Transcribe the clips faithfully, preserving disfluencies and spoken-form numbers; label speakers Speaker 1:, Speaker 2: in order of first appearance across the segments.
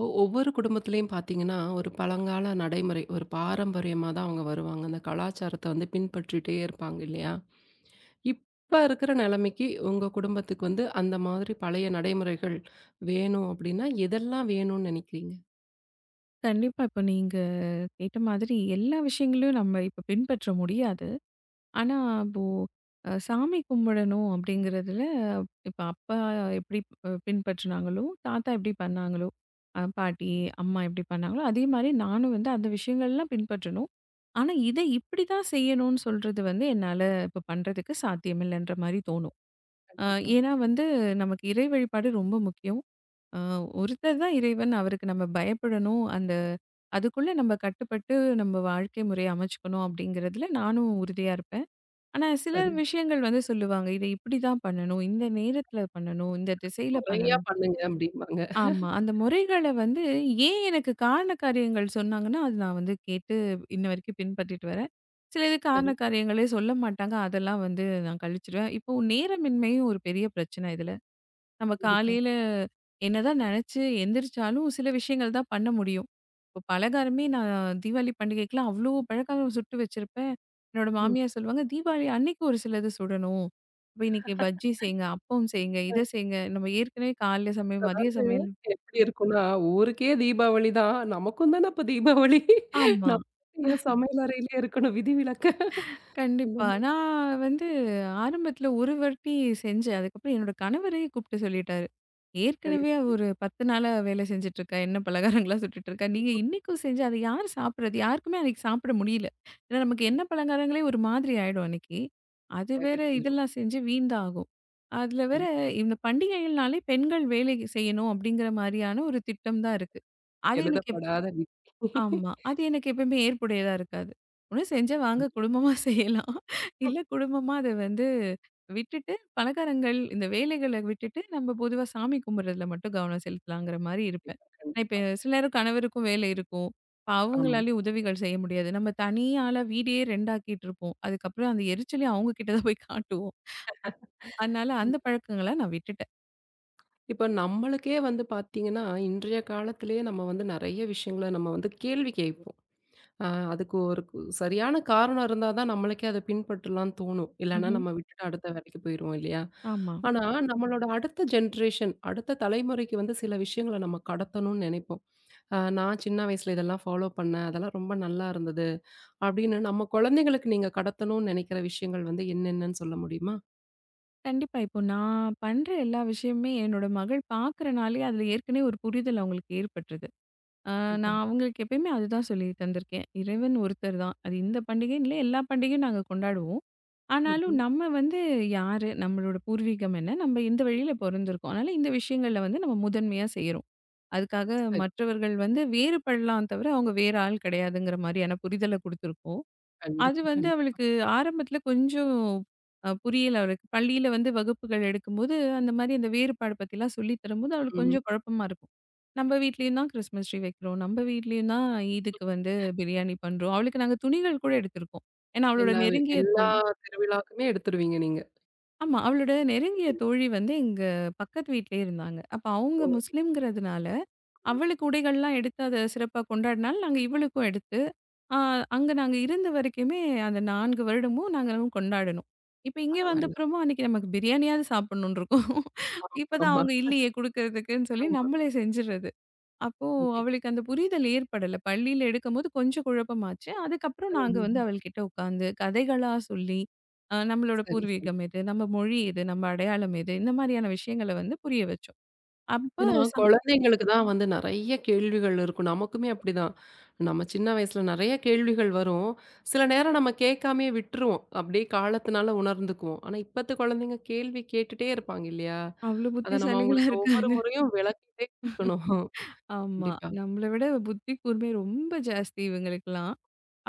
Speaker 1: ஒ ஒவ்வொரு குடும்பத்திலயும் பார்த்தீங்கன்னா, ஒரு பழங்கால நடைமுறை, ஒரு பாரம்பரியமா தான் அவங்க வருவாங்க. அந்த கலாச்சாரத்த வந்து பின்பற்றிட்டே இருப்பாங்க இல்லையா? இப்ப இருக்கிற நிலைமைக்கு உங்க குடும்பத்துக்கு வந்து அந்த மாதிரி பழைய நடைமுறைகள் வேணும் அப்படின்னா, எதெல்லாம் வேணும்னு நெனைக்கிறீங்க?
Speaker 2: கண்டிப்பா. இப்ப நீங்க கேட்ட மாதிரி எல்லா விஷயங்களையும் நம்ம இப்ப பின்பற்ற முடியாது. ஆனா, இப்போ அ சாமி கும்பிடணும் அப்படிங்கிறதுல இப்ப அப்பா எப்படி அ பின்பற்றினாங்களோ, தாத்தா எப்படி பண்ணாங்களோ, அ பாட்டி, அம்மா எப்படி பண்ணாங்களோ, அதே மாரி நானும் வந்து அந்த விஷயங்கள்லாம் பின்பற்றணும். ஆனா, இதை இப்படிதான் செய்யணும்னு சொல்றது வந்து என்னால இப்ப பண்றதுக்கு சாத்தியமில்லைன்ற மாரி தோணும். அ
Speaker 1: கண்டிப்பா.
Speaker 2: ஏன்னா வந்து நமக்கு இறை வழிபாடு ரொம்ப முக்கியம். ஆ ஒருத்தர் தான் இறைவன். அவருக்கு நம்ம பயப்படணும். அந்த அதுக்குள்ள நம்ம கட்டுப்பட்டு நம்ம வாழ்க்கை முறைய அமைச்சுக்கணும் அப்படிங்கிறதுல நானும் உறுதியா இருப்பேன். ஆனா சில
Speaker 1: சரி.
Speaker 2: விஷயங்கள் வந்து சொல்லுவாங்க. இதை இப்படிதான் பண்ணணும். இந்த நேரத்துல பண்ணணும். இந்த திசையில
Speaker 1: "முறையா
Speaker 2: பண்ணணும்.
Speaker 1: பண்ணுங்க" அப்படிம்பாங்க.
Speaker 2: ஆமா. அந்த முறைகள வந்து ஏன் எனக்கு காரண காரியங்கள் சொன்னாங்கன்னா, அது நான் வந்து கேட்டு இன்ன வரைக்கும் பின்பற்றிட்டு வரேன். சிலது காரண
Speaker 1: சரி.
Speaker 2: காரியங்களே சொல்ல மாட்டாங்க. அதெல்லாம் வந்து நான் கழிச்சுருவேன். இப்போ நேரமின்மையும் ஒரு பெரிய பிரச்சனை இதுல. நம்ம
Speaker 1: கண்டிப்பா.
Speaker 2: காலையில என்னதான் நினைச்சு எந்திரிச்சாலும் சில விஷயங்கள் தான் பண்ண முடியும். இப்போ பலகாரமே நான் தீபாவளி பண்டிகைக்குலாம் அவ்ளோ பலகாரம் சுட்டு வச்சிருப்பேன். என்னோட
Speaker 1: ம்.
Speaker 2: மாமியார் சொல்லுவாங்க, "தீபாவளி அன்னைக்கு ஒரு சிலது சுடணும். இப்ப இன்னைக்கு பஜ்ஜி செய்யுங்க, அப்பம் செய்யுங்க, இத செய்யுங்க." நம்ம ஏற்கனவே காலைல சமையல், மதிய சமையல்.
Speaker 1: எப்படி இருக்கும்னா, ஊருக்கே தீபாவளி தான். நமக்கும் தான அப்ப தீபாவளி.
Speaker 2: ஆமா.
Speaker 1: நம்ம ஏன் சமையல் அறையிலயே இருக்கணும் விதிவிலக்கு? அந்த
Speaker 2: கண்டிப்பா.
Speaker 1: மாதிரி.
Speaker 2: நான் வந்து ஆரம்பத்தில ஒரு வாட்டி செஞ்சேன். அதுக்கப்புறம் என்னோட கணவரே கூப்பிட்டு சொல்லிட்டாரு.
Speaker 1: சரி.
Speaker 2: "ஏற்கனவே அவ ஒரு பத்து நாளா வேலை செஞ்சுட்டுருக்கா. எண்ணெய் பலகாரங்கள்லாம் சுட்டுட்டுருக்கா. நீங்க இன்னைக்கும் செஞ்சு அத யார் சாப்பிடுறது?" யாருக்குமே அன்னைக்கு சாப்பிட முடியல. ஏன்னா நமக்கு எண்ணெய் பலகாரங்களே ஒரு மாதிரி ஆயிடும் அன்னைக்கு. அது வேற
Speaker 1: தெகட்டிரும்.
Speaker 2: இதெல்லாம் செஞ்சு வீண் தான் ஆகும். அதில வேற
Speaker 1: கண்டிப்பா.
Speaker 2: இந்த பண்டிகைகள்னாலே பெண்கள் வேலை செய்யணும் அப்படிங்கிற மாரியான ஒரு திட்டம் தான் இருக்கு. அது எனக்கு.
Speaker 1: எழுதப்படாத விதி.
Speaker 2: ஆமா. அது எனக்கு எப்பயுமே ஏற்புடையதா இருக்காது. ஒண்ணு செஞ்சா வாங்க குடும்பமா செய்யலாம். இல்ல குடும்பமா அத வந்து விட்டுட்டு, பலகாரங்கள் இந்த வேலைகள விட்டுட்டு, நம்ம பொதுவா சாமி கும்பிடுறதுல மட்டும் கவனம் செலுத்தலாங்கிற மாரி இருப்பேன்.
Speaker 1: கண்டிப்பா,
Speaker 2: நான் இப்ப
Speaker 1: கண்டிப்பா.
Speaker 2: சில நேரம் கணவருக்கும் வேலை இருக்கும். இப்ப
Speaker 1: ஆமா.
Speaker 2: அவங்களாலயும் உதவிகள் செய்ய முடியாது. நம்ம தனி ஆளா வீடே ரெண்டு ஆக்கிட்டு இருப்போம். அதுக்கப்புறம் அந்த எரிச்சலையும் அவங்க கிட்ட தான் போய் காட்டுவோம். அ- அதனால அந்த பழக்கங்கள நான் விட்டுட்டேன்.
Speaker 1: இப்ப நம்மளுக்கே வந்து பார்த்தீங்கன்னா, இன்றைய காலத்திலேயே நம்ம வந்து நெறைய விஷயங்கள நம்ம வந்து கேள்வி கேட்போம். அ அதுக்கு ஒரு கு சரியான காரணம் இருந்தா தான் நம்மளுக்கே அத பின்பற்றலான்னு தோணும். இல்லன்னா
Speaker 2: ம்ஹ்ம்.
Speaker 1: நம்ம விட்டுட்டு அடுத்த வேலைக்கு போயிருவோம் இல்லையா?
Speaker 2: ஆமா.
Speaker 1: ஆனா, நம்மளோட அடுத்த ஜென்ரேஷன், அடுத்த தலைமுறைக்கு வந்து சில விஷயங்கள நம்ம கடத்தணும்னு நெனைப்போம். அ நான் சின்ன வயசுல இதெல்லாம் ஃபாலோ பண்ணேன். அதெல்லாம் ரொம்ப நல்லா இருந்தது. அப்படின்னு நம்ம குழந்தைங்களுக்கு நீங்க கடத்தணும்னு நெனைக்கிற விஷயங்கள் வந்து என்னென்னன்னு சொல்ல முடியுமா?
Speaker 2: கண்டிப்பா. இப்போ நான் பண்ற எல்லா விஷயமுமே என்னோட மகள் பார்க்குறனாலயே அதில ஏற்கனவே ஒரு புரிதல் அவங்களுக்கு ஏற்பட்டுருது. அ
Speaker 1: கண்டிப்பா.
Speaker 2: நான் அவங்களுக்கு எப்பயுமே அதுதான் சொல்லி தந்திருக்கேன். இறைவன் ஒருத்தர் தான். அது இந்த பண்டிகைன்னு இல்ல, எல்லா பண்டிகையும் நாங்க கொண்டாடுவோம். ஆனாலும்
Speaker 1: ம்ஹ்ம்.
Speaker 2: நம்ம வந்து யாரு? நம்மளோட பூர்வீகம் என்ன? நம்ம இந்த வழியில பொறந்திருக்கோம். அதனால இந்த விஷயங்கள்ல வந்து நம்ம முதன்மையா செய்றோம். அதுக்காக
Speaker 1: சரி.
Speaker 2: மற்றவர்கள் வந்து வேறுபடலாம் தவிர, அவங்க வேற ஆள் கிடையாதுங்கிற மாரியான புரிதல குடுத்துருக்கோம். அது
Speaker 1: கண்டிப்பா,
Speaker 2: வந்து
Speaker 1: கண்டிப்பா.
Speaker 2: அவளுக்கு ஆரம்பத்துல கொஞ்சம் அ புரியல அவளுக்கு. பள்ளியில வந்து வகுப்புகள் எடுக்கும்போது, அந்த மாரி அந்த வேறுபாடு பத்திலாம் சொல்லி தரும்போது, அவளுக்கு
Speaker 1: ம்.
Speaker 2: கொஞ்சம் குழப்பமா இருக்கும். "நம்ப வீட்லயும் தான் கிறிஸ்மஸ் ட்ரீ வைக்கிறோம். நம்ப வீட்லயும் தான் ஈதுக்கு வந்து பிரியாணி பண்றோம்." அவளுக்கு நாங்க துணிகள் கூட எடுத்திருக்கோம். ஏன்னா அவளோட
Speaker 1: எல்லா வி
Speaker 2: நெருங்கிய
Speaker 1: எல்லா
Speaker 2: தோழி.
Speaker 1: திருவிழாக்குமே எடுத்துருவீங்க நீங்க.
Speaker 2: ஆமா. அவளோட நெருங்கிய
Speaker 1: சரி.
Speaker 2: தோழி வந்து எங்க பக்கத்து வீட்லயே இருந்தாங்க. அப்ப அவங்க
Speaker 1: ஓ!
Speaker 2: முஸ்லிம்ங்கிறதுனால,
Speaker 1: ம்.
Speaker 2: அவளுக்கு உடைகள்லாம் எடுத்து அத சிறப்பா கொண்டாடினால, நாங்க இவளுக்கும் எடுத்து ஆ, அங்க நாங்க இருந்த வரைக்குமே அந்த நான்கு வருடமும் நாங்களும் கொண்டாடணும். இப்ப இங்க
Speaker 1: பரவால்ல.
Speaker 2: வந்தப்புறமும் அன்னைக்கு நமக்கு பிரியாணியாவது சாப்பிடணும்னு இருக்கும்.
Speaker 1: ஆமா,
Speaker 2: இப்பதான்
Speaker 1: ஆமா,
Speaker 2: அவங்க இல்லையே குடுக்கறதுக்குன்னு சொல்லி
Speaker 1: ஆமா.
Speaker 2: நம்மளே செஞ்சுறது. அப்போ
Speaker 1: கண்டிப்பா.
Speaker 2: அவளுக்கு அந்த புரிதல் ஏற்படல. பள்ளியில எடுக்கும்போது கொஞ்சம் குழப்பமாச்சு. அதுக்கப்புறம் நாங்க வந்து
Speaker 1: ம்.
Speaker 2: அவள்கிட்ட உட்கார்ந்து கதைகளா சொல்லி, அ நம்மளோட
Speaker 1: சரி, சரி.
Speaker 2: பூர்வீகம் எது? நம்ம மொழி எது? நம்ம அடையாளம் எது? இந்த மாரியான விஷயங்கள வந்து புரிய வச்சோம். அப்ப
Speaker 1: ஏன்னா
Speaker 2: ச
Speaker 1: குழந்தைங்களுக்கு தான் வந்து நெறைய கேள்விகள் இருக்கும். நமக்குமே அப்படிதான். நம்ம சின்ன வயசுல நெறைய கேள்விகள் வரும். சில நேரம் நம்ம கேட்காமயே விட்டுருவோம். அப்படியே காலத்தினால உணர்ந்துக்குவோம். ஆனா இப்பத்த குழந்தைங்க கேள்வி கேட்டுட்டே இருப்பாங்க இல்லையா?
Speaker 2: அவ்ளோ
Speaker 1: அத நம்ம
Speaker 2: புத்திசாலிகளா
Speaker 1: அவங்களுக்கு ஒவ்வொரு
Speaker 2: இருக்காங்க.
Speaker 1: முறையும் விளக்கிட்டே இருக்கணும்.
Speaker 2: ஆமா.
Speaker 1: கண்டிப்பா,
Speaker 2: நம்மள விட புத்தி கூர்மை ரொம்ப ஜாஸ்தி இவங்களுக்கெல்லாம்.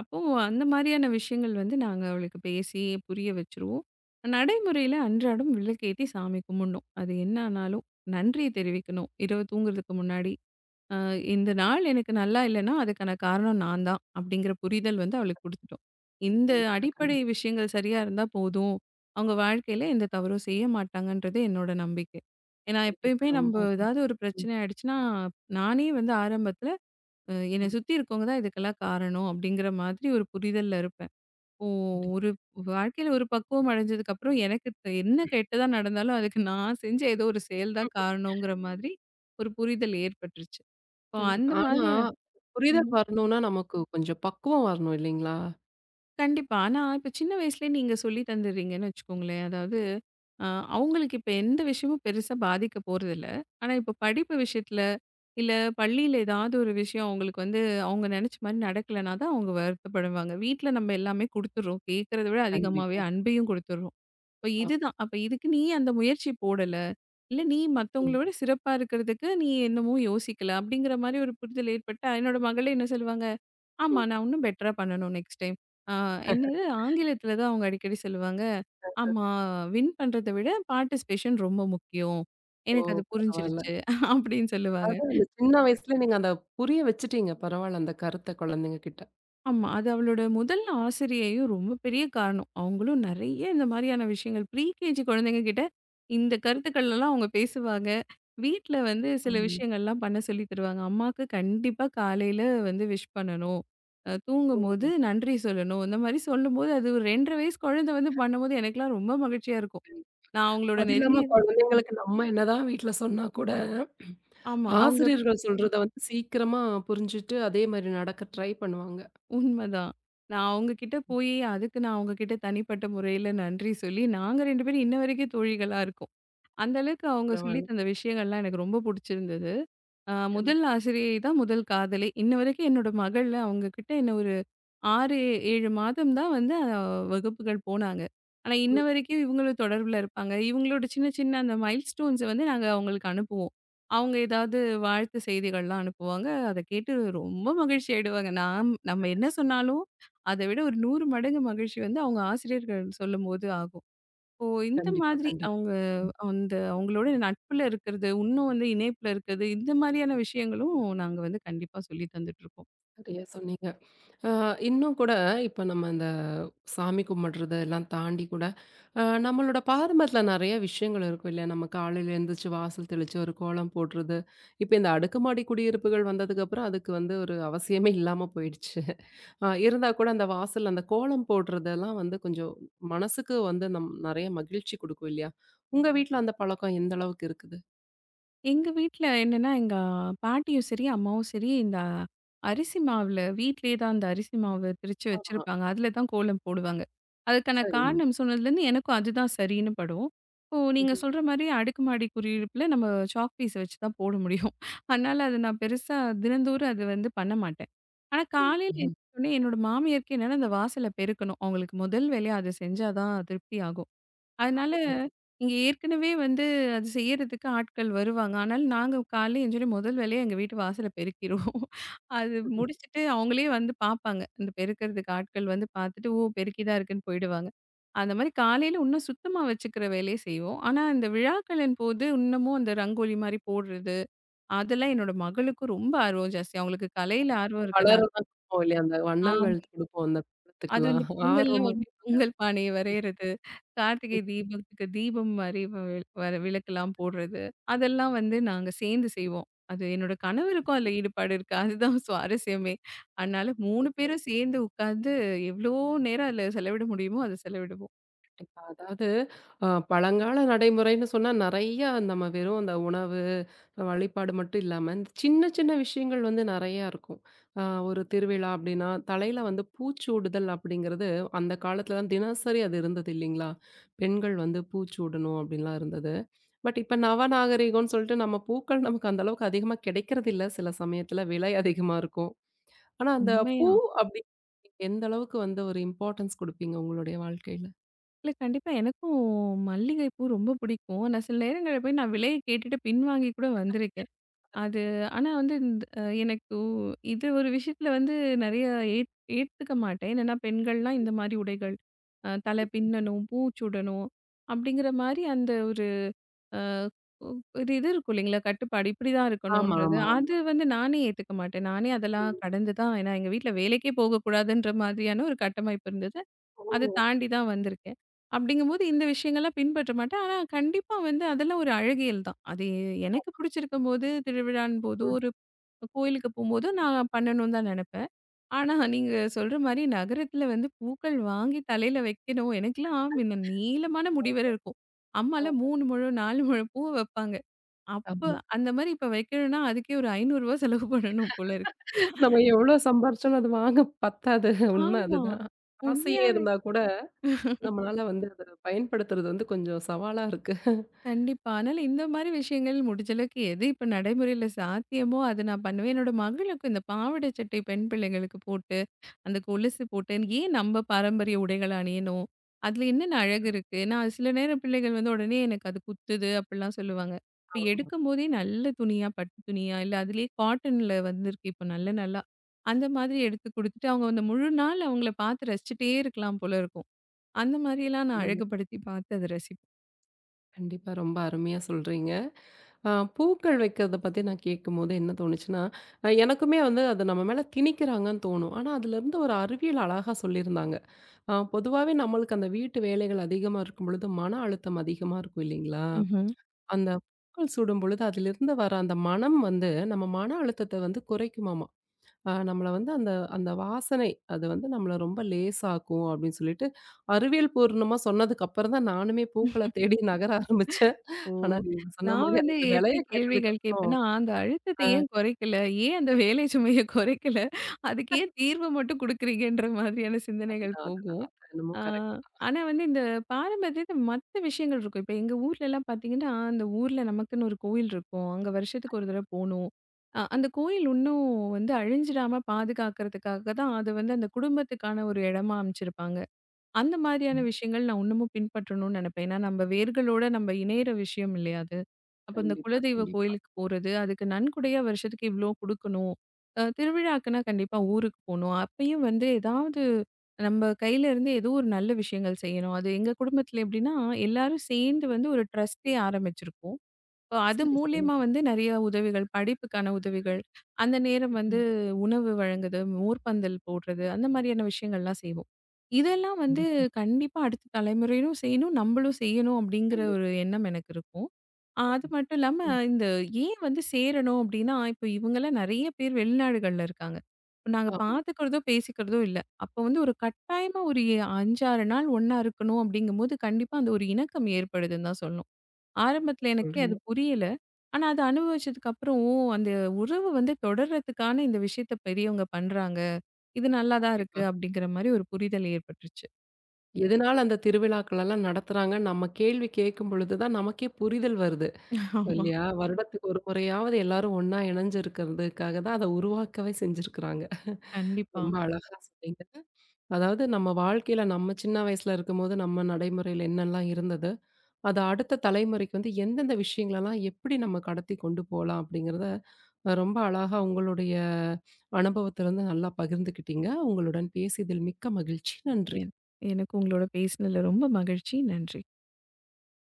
Speaker 2: அப்போ அந்த மாதிரியான விஷயங்கள் வந்து நாங்க அவளுக்கு பேசி புரிய வச்சுருவோம். நடைமுறையில அன்றாடம் விளக்கேத்தி சாமி கும்பிடணும். அது என்ன ஆனாலும் நன்றி தெரிவிக்கணும். இரவு தூங்குறதுக்கு முன்னாடி. அ இந்த நாள் எனக்கு நல்லா இல்லன்னா, அதுக்கான காரணம் நான் தான். அப்படிங்கிற புரிதல் வந்து அவளுக்கு குடுத்துட்டோம். இந்த
Speaker 1: கண்டிப்பா,
Speaker 2: அடிப்படை
Speaker 1: கண்டிப்பா.
Speaker 2: விஷயங்கள் சரியா இருந்தா போதும். அவங்க வாழ்க்கையில எந்த தவறும் செய்ய மாட்டாங்கன்றது என்னோட நம்பிக்கை. ஏன்னா
Speaker 1: கண்டிப்பா.
Speaker 2: எப்பயுமே
Speaker 1: ரொம்ப
Speaker 2: நம்ப
Speaker 1: அருமை.
Speaker 2: ஏதாவது ஒரு
Speaker 1: ம்,
Speaker 2: பிரச்சனை ஆயிடுச்சுன்னா, நானே வந்து ஆரம்பத்துல அ என்னை
Speaker 1: ம்.
Speaker 2: சுத்தி இருக்கவங்க தான் இதுக்கெல்லாம் காரணம் அப்படிங்கிற மாதிரி ஒரு புரிதல்ல இருப்பேன். ஓ!
Speaker 1: ம்.
Speaker 2: ஒரு வாழ்க்கையில ஒரு பக்குவம் அடைஞ்சதுக்கப்புறம் எனக்கு த என்ன கெட்டதா நடந்தாலும் அதுக்கு நான் செஞ்ச ஏதோ ஒரு செயல் தான் காரணங்கிற மாதிரி ஒரு புரிதல் ஏற்பட்டுருச்சு. இப்போ
Speaker 1: கண்டிப்பா.
Speaker 2: அந்த
Speaker 1: ஆனா,
Speaker 2: மாதிரியான.
Speaker 1: புரிதல்
Speaker 2: ம்ஹ்ம்.
Speaker 1: வரணும்னா நமக்கு கொஞ்சம் பக்குவம் வரணும் இல்லைங்களா?
Speaker 2: கண்டிப்பா. ஆனா, இப்ப சின்ன வயசுலயே நீங்க சொல்லி தந்துடுறீங்கன்னு வச்சுக்கோங்களேன். அதாவது, அ அவங்களுக்கு இப்ப எந்த விஷயமும் பெருசா பாதிக்க போறதில்ல. ஆனா, இப்ப படிப்பு விஷயத்துல, இல்ல பள்ளியில ஏதாவது ஒரு விஷயம் அவங்களுக்கு வந்து அவங்க நெனச்ச மாரி நடக்கலனா தான் அவங்க வருத்தப்படுவாங்க. வீட்ல நம்ம எல்லாமே குடுத்துடுறோம். கேட்கறத விட அதிகமாவே
Speaker 1: கண்டிப்பா.
Speaker 2: அன்பையும் குடுத்துடுறோம். இப்ப
Speaker 1: ஆ.
Speaker 2: இதுதான். அப்ப இதுக்கு நீ அந்த முயற்சி போடல, இல்ல நீ
Speaker 1: ம்,
Speaker 2: மத்தவங்கள விட சிறப்பா இருக்கிறதுக்கு நீ என்னமோ யோசிக்கல, அப்படிங்கிற மாரி ஒரு புரிதல் ஏற்பட்டா, என்னோட மகளே என்ன சொல்லுவாங்க? ஆமா.
Speaker 1: ம்.
Speaker 2: நான் இன்னும் பெட்டரா பண்ணணும் நெக்ஸ்ட் டைம். ஆ என்னது ஆங்கிலத்தில தான் அவங்க அடிக்கடி சொல்லுவாங்க. ஆமா வின் பண்றத விட பார்ட்டிசிபேஷன் ரொம்ப முக்கியம்.
Speaker 1: ஓ!
Speaker 2: எனக்கு அது
Speaker 1: பரவால்ல.
Speaker 2: புரிஞ்சிருச்சு. அப்படின்னு சொல்லுவாங்க.
Speaker 1: அதாவது அந்த சின்ன வயசுல நீங்க அத புரிய வச்சுட்டீங்க. பரவால்ல அந்த கருத்த குழந்தைங்க கிட்ட.
Speaker 2: ஆமா. அது அவளோட முதல் ஆசிரியையும் ரொம்ப பெரிய காரணம். அவங்களும் நெறைய இந்த மாரியான விஷயங்கள் ப்ரீ கேஜி குழந்தைங்க கிட்ட இந்த கருத்துக்கள்லாம் அவங்க பேசுவாங்க. வீட்ல வந்து சில
Speaker 1: ம்.
Speaker 2: விஷயங்கள்லாம் பண்ண சொல்லி தருவாங்க. அம்மாக்கு கண்டிப்பா காலையில வந்து விஷ் பண்ணணும். அ தூங்கும்போது
Speaker 1: ஓ!
Speaker 2: நன்றி சொல்லணும். இந்த மாரி சொல்லும்போது அது ஒரு ரெண்டு அரை வயசு குழந்தை வந்து பண்ணும்போது எனக்கெல்லாம் ரொம்ப மகிழ்ச்சியா இருக்கும். நான் அவங்களோட
Speaker 1: அது இல்லாம
Speaker 2: நெருங்கிய.
Speaker 1: குழந்தைங்களுக்கு நம்ம என்னதான் வீட்ல சொன்னா கூட,
Speaker 2: ஆமா. அவங்க
Speaker 1: ஆசிரியர்கள் சொல்றத வந்து சீக்கிரமா புரிஞ்சுட்டு, அதே மாரி நடக்க ட்ரை பண்ணுவாங்க.
Speaker 2: உண்மதான். நான் அவங்க கிட்ட போயி அதுக்கு நான் அவங்க கிட்ட தனிப்பட்ட முறையில நன்றி சொல்லி நாங்க ரெண்டு பேரும் இன்ன வரைக்கும் தோழிகளா இருக்கோம். அந்த அளவுக்கு அவங்க சொல்லி
Speaker 1: பரவால்ல.
Speaker 2: தந்த விஷயங்கள்லாம் எனக்கு ரொம்ப புடிச்சிருந்தது. அ
Speaker 1: கண்டிப்பா.
Speaker 2: முதல் ஆசிரியை தான் முதல் காதலி. இன்ன வரைக்கும் என்னோட மகள்ல அவங்க கிட்ட என்ன ஒரு ஆறு, ஏழு மாதம் தான் வந்து அ வகுப்புகள் போனாங்க. ஆனா, இன்ன வரைக்கும் இவங்களும் தொடர்புல இருப்பாங்க. இவங்களோட சின்ன சின்ன அந்த மைல்ஸ்டோன்ஸ வந்து நாங்க அவங்களுக்கு அனுப்புவோம். அவங்க ஏதாவது வாழ்த்து செய்திகள்லாம் அனுப்புவாங்க. அத கேட்டு ரொம்ப மகிழ்ச்சி ஆயிடுவாங்க. நாம் நம்ம என்ன சொன்னாலும், அத விட ஒரு நூறு மடங்கு மகிழ்ச்சி வந்து அவங்க ஆசிரியர்கள் சொல்லும்போது ஆகும். ஓ! இந்த
Speaker 1: கண்டிப்பா,
Speaker 2: மாதிரி
Speaker 1: கண்டிப்பா.
Speaker 2: அவங்க
Speaker 1: ம்.
Speaker 2: அந்த அவங்களோட நட்புல இருக்கிறது, இன்னும் வந்து இணைப்புல இருக்கிறது, இந்த மாதிரியான விஷயங்களும் நாங்க வந்து கண்டிப்பா சொல்லி தந்துட்டுருக்கோம்.
Speaker 1: சரியா சொன்னீங்க. அ இன்னும் கூட இப்ப நம்ம இந்த சாமி கும்பிடுறது எல்லாம் தாண்டி கூட, அ நம்மளோட பாரம்பரியத்துல நெறைய விஷயங்கள் இருக்கும் இல்லையா? நம்ம காலையில எந்திரிச்சு வாசல் தெளிச்சு ஒரு கோலம் போடுறது. இப்ப இந்த அடுக்குமாடி குடியிருப்புகள் வந்ததுக்கப்புறம் அதுக்கு வந்து ஒரு அவசியமே இல்லாம போயிடுச்சு. அ இருந்தா கூட அந்த வாசல்ல அந்த கோலம் போடுறதெல்லாம் வந்து கொஞ்சம் மனசுக்கு வந்து நம் நெறைய மகிழ்ச்சி குடுக்கும் இல்லையா? உங்க வீட்ல அந்த பழக்கம் எந்த அளவுக்கு இருக்குது?
Speaker 2: எங்க வீட்ல என்னன்னா, எங்க பாட்டியும் சரி, அம்மாவும் சரி, இந்த அரிசி மாவுல வீட்லயே தான் அந்த அரிசி மாவு திரிச்சு
Speaker 1: ஆமா.
Speaker 2: வச்சிருப்பாங்க. அதில தான் கோலம் போடுவாங்க. அதுக்கான
Speaker 1: சரிங்க.
Speaker 2: காரணம் சொன்னதுலேருந்து எனக்கும் அதுதான் சரின்னு படும். இப்போ நீங்க
Speaker 1: ம்.
Speaker 2: சொல்ற மாரி அடுக்குமாடி குடியிருப்புல நம்ம சாக் பீஸ் வச்சு தான் போட முடியும். அதனால அது நான் பெருசா தினந்தோறும் அது வந்து பண்ண மாட்டேன். ஆனா
Speaker 1: ம்.
Speaker 2: காலையில
Speaker 1: ம்.
Speaker 2: எந்திரிச்சோனே என்னோட மாமியாருக்கு என்னன்னா, அந்த வாசல பெருக்கணும். அவங்களுக்கு முதல் வேலையா அத செஞ்சா தான் திருப்தி ஆகும். அதனால,
Speaker 1: அதுதான்.
Speaker 2: இங்க ஏற்கனவே வந்து அது செய்யறதுக்கு ஆட்கள் வருவாங்க. ஆனால் நாங்க காலைல எழுஞ்சோனே முதல் வேலையா எங்க வீட்டு வாசல பெருக்கிருவோம். அது முடிச்சுட்டு அவங்களே வந்து பார்ப்பாங்க. இந்த பெருக்கிறதுக்கு ஆட்கள் வந்து பார்த்துட்டு, ஓ! பெருக்கி தான் இருக்குன்னு போயிடுவாங்க. அந்த மாரி காலையில இன்னும் சுத்தமா வச்சுக்கிற வேலைய செய்வோம். ஆனா, இந்த விழாக்களின் போது இன்னமும் அந்த ரங்கோலி மாரி போடுறது, அதெல்லாம் என்னோட மகளுக்கும் ரொம்ப ஆர்வம் ஜாஸ்தி. அவங்களுக்கு கலையில ஆர்வம் இருக்கனால.
Speaker 1: கலர்லாம் குடுப்போம் இல்லையா? அந்த வண்ணங்கள்
Speaker 2: ஆ.
Speaker 1: குடுப்போம் அந்த
Speaker 2: அது
Speaker 1: பழத்துக்குலாம்.
Speaker 2: இந்த பொங்கல்னா
Speaker 1: ஆர்வமா
Speaker 2: வந்து பொங்கல் பானைய வரையறது, கார்த்திகை தீபத்துக்கு தீபம் மாரி வ வ விளக்கெல்லாம் போடுறது, அதெல்லாம் வந்து நாங்க சேர்ந்து செய்வோம். அது என்னோட கணவருக்கும் அதுல ஈடுபாடு இருக்கு. அதுதான் சுவாரஸ்யமே. அதனால மூணு பேரும் சேர்ந்து உட்கார்ந்து எவ்ளோ நேரம் அதுல செலவிட முடியுமோ, அத செலவிடுவோம்.
Speaker 1: கேட்டீங்களா? அதாவது அ பழங்கால நடைமுறைன்னு சொன்னா நெறைய நம்ம வெறும் அந்த உணவு, வழிபாடு மட்டும் இல்லாம, இந்த சின்ன சின்ன விஷயங்கள் வந்து நெறையா இருக்கும். அ ஒரு திருவிழா அப்படின்னா, தலையில வந்து பூச்சூடுதல் அப்படிங்கிறது அந்த காலத்துலலாம் தினசரி அது இருந்தது இல்லைங்களா? பெண்கள் வந்து பூச்சூடணும் அப்படின்லாம் இருந்தது. பட் இப்ப நவநாகரீகம்னு சொல்லிட்டு நம்ம பூக்கள் நமக்கு அந்த அளவுக்கு அதிகமா கிடைக்கிறது இல்ல. சில சமயத்துல விலை அதிகமா இருக்கும். ஆனா அந்த பூ
Speaker 2: உண்மையா?
Speaker 1: அப்படி எந்த அளவுக்கு வந்து ஒரு இம்பார்ட்டன்ஸ் குடுப்பீங்க உங்களுடைய வாழ்க்கையில?
Speaker 2: இல்ல கண்டிப்பா எனக்கும் மல்லிகைப்பூ ரொம்ப பிடிக்கும். நான் சில நேரங்கள்ல போய் நான் விலைய கேட்டுட்டு பின்வாங்கி கூட வந்திருக்கேன். அது ஆனா வந்து இந்த அ எனக்கு ஒ- இது ஒரு விஷயத்துல வந்து நெறைய ஏத் ஏத்துக்க மாட்டேன். என்னன்னா பெண்கள்லாம் இந்த மாரி உடைகள், அ தலை பின்னணும், பூச்சுடணும் அப்படிங்கிற மாரி அந்த ஒரு அ ஒரு இது இருக்கும் இல்லைங்களா? கட்டுப்பாடு இப்படிதான்
Speaker 1: ஆமா,
Speaker 2: இருக்கணுன்றது.
Speaker 1: ஆமா, ஆமா.
Speaker 2: அது வந்து நானே ஏத்துக்க மாட்டேன். நானே அதெல்லாம் கடந்து தான், ஏன்னா எங்க வீட்ல வேலைக்கே போகக்கூடாதுன்ற மாதிரியான ஒரு கட்டமைப்பு இருந்தது.
Speaker 1: ஓ!
Speaker 2: அத தாண்டி தான் வந்திருக்கேன். அப்படிங்கும்போது இந்த விஷயங்கள்லாம் பின்பற்ற மாட்டேன். ஆனா கண்டிப்பா வந்து அதெல்லாம் ஒரு அழகியல் தான். அது எனக்கு பிடிச்சிருக்கும்போது, திருவிழான் போதோ,
Speaker 1: ம்.
Speaker 2: ஒரு கோயிலுக்கு போம்போதோ நான் பண்ணணும்னு தான் நெனப்பேன். ஆனா நீங்க சொல்ற மாரி நகரத்துல வந்து பூக்கள் வாங்கி தலையில வைக்கணும். எனக்கெல்லாம் முன்ன நீளமான முடி வேற இருக்கும்.
Speaker 1: அ
Speaker 2: அம்மாலாம் மூணு முழம், நாலு முழம் பூ வைப்பாங்க. அப்ப
Speaker 1: ஆமா.
Speaker 2: அந்த மாரி இப்ப வைக்கணும்னா அதுக்கே ஒரு ரூ. ஐநூறு செலவு பண்ணணும் போல இருக்கு.
Speaker 1: நம்ம எவ்வளோ சம்பாரிச்சாலும் அது வாங்க பத்தாது. உண்ம
Speaker 2: ஆமா.
Speaker 1: அதுதான். ஆசையே
Speaker 2: உண்மையா.
Speaker 1: இருந்தா கூட நம்மளால வந்து அத பயன்படுத்துறது வந்து கொஞ்சம் சவாலா இருக்கு.
Speaker 2: கண்டிப்பா. அதனால இந்த மாரி விஷயங்கள் முடிஞ்ச அளவுக்கு எது இப்ப நடைமுறையில சாத்தியமோ, அத நான் பண்ணுவேன். என்னோட மகளுக்கும் இந்த பாவாடை சட்டை பெண் பிள்ளைங்களுக்கு போட்டு, அந்த கொலுசு போட்டு, ஏன் நம்ம பாரம்பரிய உடைகள அணியணும்? அதுல என்னென்ன அழகு இருக்கு? நான் சில நேரம் பிள்ளைகள் வந்து உடனே எனக்கு அது குத்துது அப்படிலாம் சொல்லுவாங்க. இப்ப
Speaker 1: ஆமா.
Speaker 2: எடுக்கும்போதே நல்ல துணியா, பட்டு துணியா, இல்ல அதிலேயே காட்டன்ல வந்திருக்கு இப்ப நல்ல நல்லா. அந்த மாதிரி எடுத்து குடுத்துட்டு, அவங்க அந்த முழு நாள் அவங்கள பார்த்து ரசிச்சுட்டே இருக்கலாம் போல இருக்கும். அந்த மாரியெல்லாம் நான்
Speaker 1: அதுதான்.
Speaker 2: அழகுபடுத்தி பார்த்து அத ரசிப்பேன்.
Speaker 1: கண்டிப்பா ரொம்ப அருமையா சொல்றீங்க. அ பூக்கள் வைக்கிறத பத்தி நான் கேட்கும்போது என்ன தோணுச்சுன்னா, அ எனக்குமே வந்து அது நம்ம மேல திணிக்கிறாங்கன்னு தோணும். ஆனா அதுலருந்து ஒரு அறிவியல் அழகா சொல்லியிருந்தாங்க. ஆ பொதுவாவே நம்மளுக்கு அந்த வீட்டு வேலைகள் அதிகமா இருக்கும் பொழுது, மன அழுத்தம் அதிகமா இருக்கும் இல்லைங்களா?
Speaker 2: ம்ஹ்ம்.
Speaker 1: அந்த பூக்கள் சூடும் பொழுது அதிலிருந்து வர அந்த மனம் வந்து, நம்ம மன அழுத்தத்த வந்து குறைக்குமாமா. ஆ நம்மள வந்து அந்த அந்த வாசனை, அது வந்து நம்மள ரொம்ப லேசாக்கும் அப்படின்னு சொல்லிட்டு, அறிவியல் பூர்ணமா சொன்னதுக்கு அப்புறம் தான் நானுமே பூக்கள தேடி நகர ஆரம்பிச்சேன்.
Speaker 2: ஓ!
Speaker 1: ஆனா நீங்க சொன்ன
Speaker 2: நான்
Speaker 1: மாரி
Speaker 2: வந்து
Speaker 1: அந்த வெலைய
Speaker 2: எப்படி
Speaker 1: கேட்டதுக்கு
Speaker 2: கேள்விகள்
Speaker 1: அப்புறம்
Speaker 2: கேட்பேன்னா, அந்த அழுத்தத்த
Speaker 1: ஆ
Speaker 2: ஏன் குறைக்கல? ஏன் அந்த வேலை சுமைய குறைக்கல? அதுக்கு ஏன் தீர்வு மட்டும் குடுக்குறீங்கன்ற மாதிரியான சிந்தனைகள்
Speaker 1: அதுதான், அதுதான்.
Speaker 2: போகும்.
Speaker 1: அது என்னமோ
Speaker 2: ஆ
Speaker 1: கரெக்ட் தான்.
Speaker 2: ஆனா வந்து இந்த பாரம்பரியத்த மத்த விஷயங்கள் இருக்கும். இப்ப எங்க ஊர்லலாம் பார்த்தீங்கன்னா, அந்த ஊர்ல நமக்குன்னு ஒரு கோயில் இருக்கும். அங்க வருஷத்துக்கு ஒரு தடவ போணும். அ அந்த கோயில் இன்னும் வந்து அழிஞ்சிடாம பாதுகாக்கிறதுக்காக தான், அது வந்து அந்த குடும்பத்துக்கான ஒரு இடமா அமைச்சிருப்பாங்க. அந்த மாதிரியான
Speaker 1: ம்.
Speaker 2: விஷயங்கள் நான் இன்னமும் பின்பற்றணும்னு நினைப்பேன். ஏன்னா, நம்ம வேர்களோட நம்ம இணையிற விஷயம் இல்லையா அது. அப்ப இந்த
Speaker 1: கண்டிப்பா,
Speaker 2: குலதெய்வ
Speaker 1: கண்டிப்பா.
Speaker 2: கோயிலுக்கு போறது, அதுக்கு நன்கொடையா வருஷத்துக்கு இவ்ளோ குடுக்கணும். அ திருவிழாக்குன்னா கண்டிப்பா ஊருக்கு போணும். அப்பயும் வந்து ஏதாவது நம்ம கையில இருந்து ஏதோ ஒரு நல்ல விஷயங்கள் செய்யணும். அது எங்க குடும்பத்தில எப்படின்னா, எல்லாரும் சேர்ந்து வந்து ஒரு ட்ரஸ்ட்டே ஆரம்பிச்சிருக்கோம். இப்போ அது
Speaker 1: சரி, சரி.
Speaker 2: மூலியமா வந்து நெறைய உதவிகள், படிப்புக்கான உதவிகள், அந்த நேரம் வந்து
Speaker 1: ம்.
Speaker 2: உணவு வழங்குது, மோர்பந்தல் போடுறது, அந்த மாரியான விஷயங்கள்லாம் செய்வோம். இதெல்லாம் வந்து
Speaker 1: கண்டிப்பா,
Speaker 2: கண்டிப்பா அடுத்த தலைமுறையிலும் செய்யணும், நம்மளும் செய்யணும் அப்படிங்கிற
Speaker 1: கண்டிப்பா.
Speaker 2: ஒரு எண்ணம் எனக்கு இருக்கும். அ அது மட்டும் இல்லாம
Speaker 1: ம்.
Speaker 2: இந்த ஏன் வந்து சேரணும் அப்படின்னா, இப்போ இவங்கலாம் நெறைய பேர் வெளிநாடுகள்ல இருக்காங்க. இப்ப நாங்க
Speaker 1: ஆமா.
Speaker 2: பார்த்துக்கிறதோ, பேசிக்கிறதோ இல்ல. அப்போ வந்து ஒரு கட்டாயமா ஒரு ஐந்து, ஆறு நாள் ஒண்ணா இருக்கணும் அப்படிங்கும்போது, கண்டிப்பா அந்த ஒரு இணக்கம் ஏற்படுதுன்னு தான் சொல்லணும்.
Speaker 1: கரெக்ட்டா
Speaker 2: ஆரம்பத்துல எனக்கே
Speaker 1: சொல்றீங்க.
Speaker 2: அது புரியல. ஆனா, அத அனுபவிச்சதுக்கு அப்புறம், ஓ! அந்த உறவு வந்து தொடர்றதுக்கான இந்த விஷயத்த பெரியவங்க பண்றாங்க. இது நல்லாதான்
Speaker 1: கண்டிப்பா.
Speaker 2: இருக்கு அப்படிங்கிற மாரி ஒரு புரிதல் ஏற்பட்டுருச்சு.
Speaker 1: எதனால அந்த திருவிழாக்கள் எல்லாம் நடத்துறாங்கன்னு நம்ம கேள்வி கேட்கும் பொழுது தான் நமக்கே புரிதல் வருது.
Speaker 2: ஆமா,
Speaker 1: இல்லையா? வருடத்துக்கு ஒரு முறையாவது எல்லாரும் ஒண்ணா இணைஞ்சிருக்கிறதுக்காக தான் அத உருவாக்கவே செஞ்சிருக்கிறாங்க.
Speaker 2: கண்டிப்பா.
Speaker 1: ரொம்ப அழகா சொன்னீங்க. அதாவது நம்ம வாழ்க்கையில நம்ம சின்ன வயசுல இருக்கும்போது நம்ம நடைமுறையில என்னெல்லாம் இருந்தது, அத அடுத்த தலைமுறைக்கு வந்து எந்தெந்த விஷயங்களலாம் எப்படி நம்ம கடத்தி கொண்டு போலாம் அப்படிங்கிறத அ ரொம்ப அழகா உங்களுடைய அனுபவத்திலருந்து நல்லா பகிர்ந்துக்கிட்டீங்க. உங்களுடன் பேசியதில் மிக்க மகிழ்ச்சி. நன்றி.
Speaker 2: என் எனக்கு உங்களோட பேசினதுல ரொம்ப மகிழ்ச்சி. நன்றி.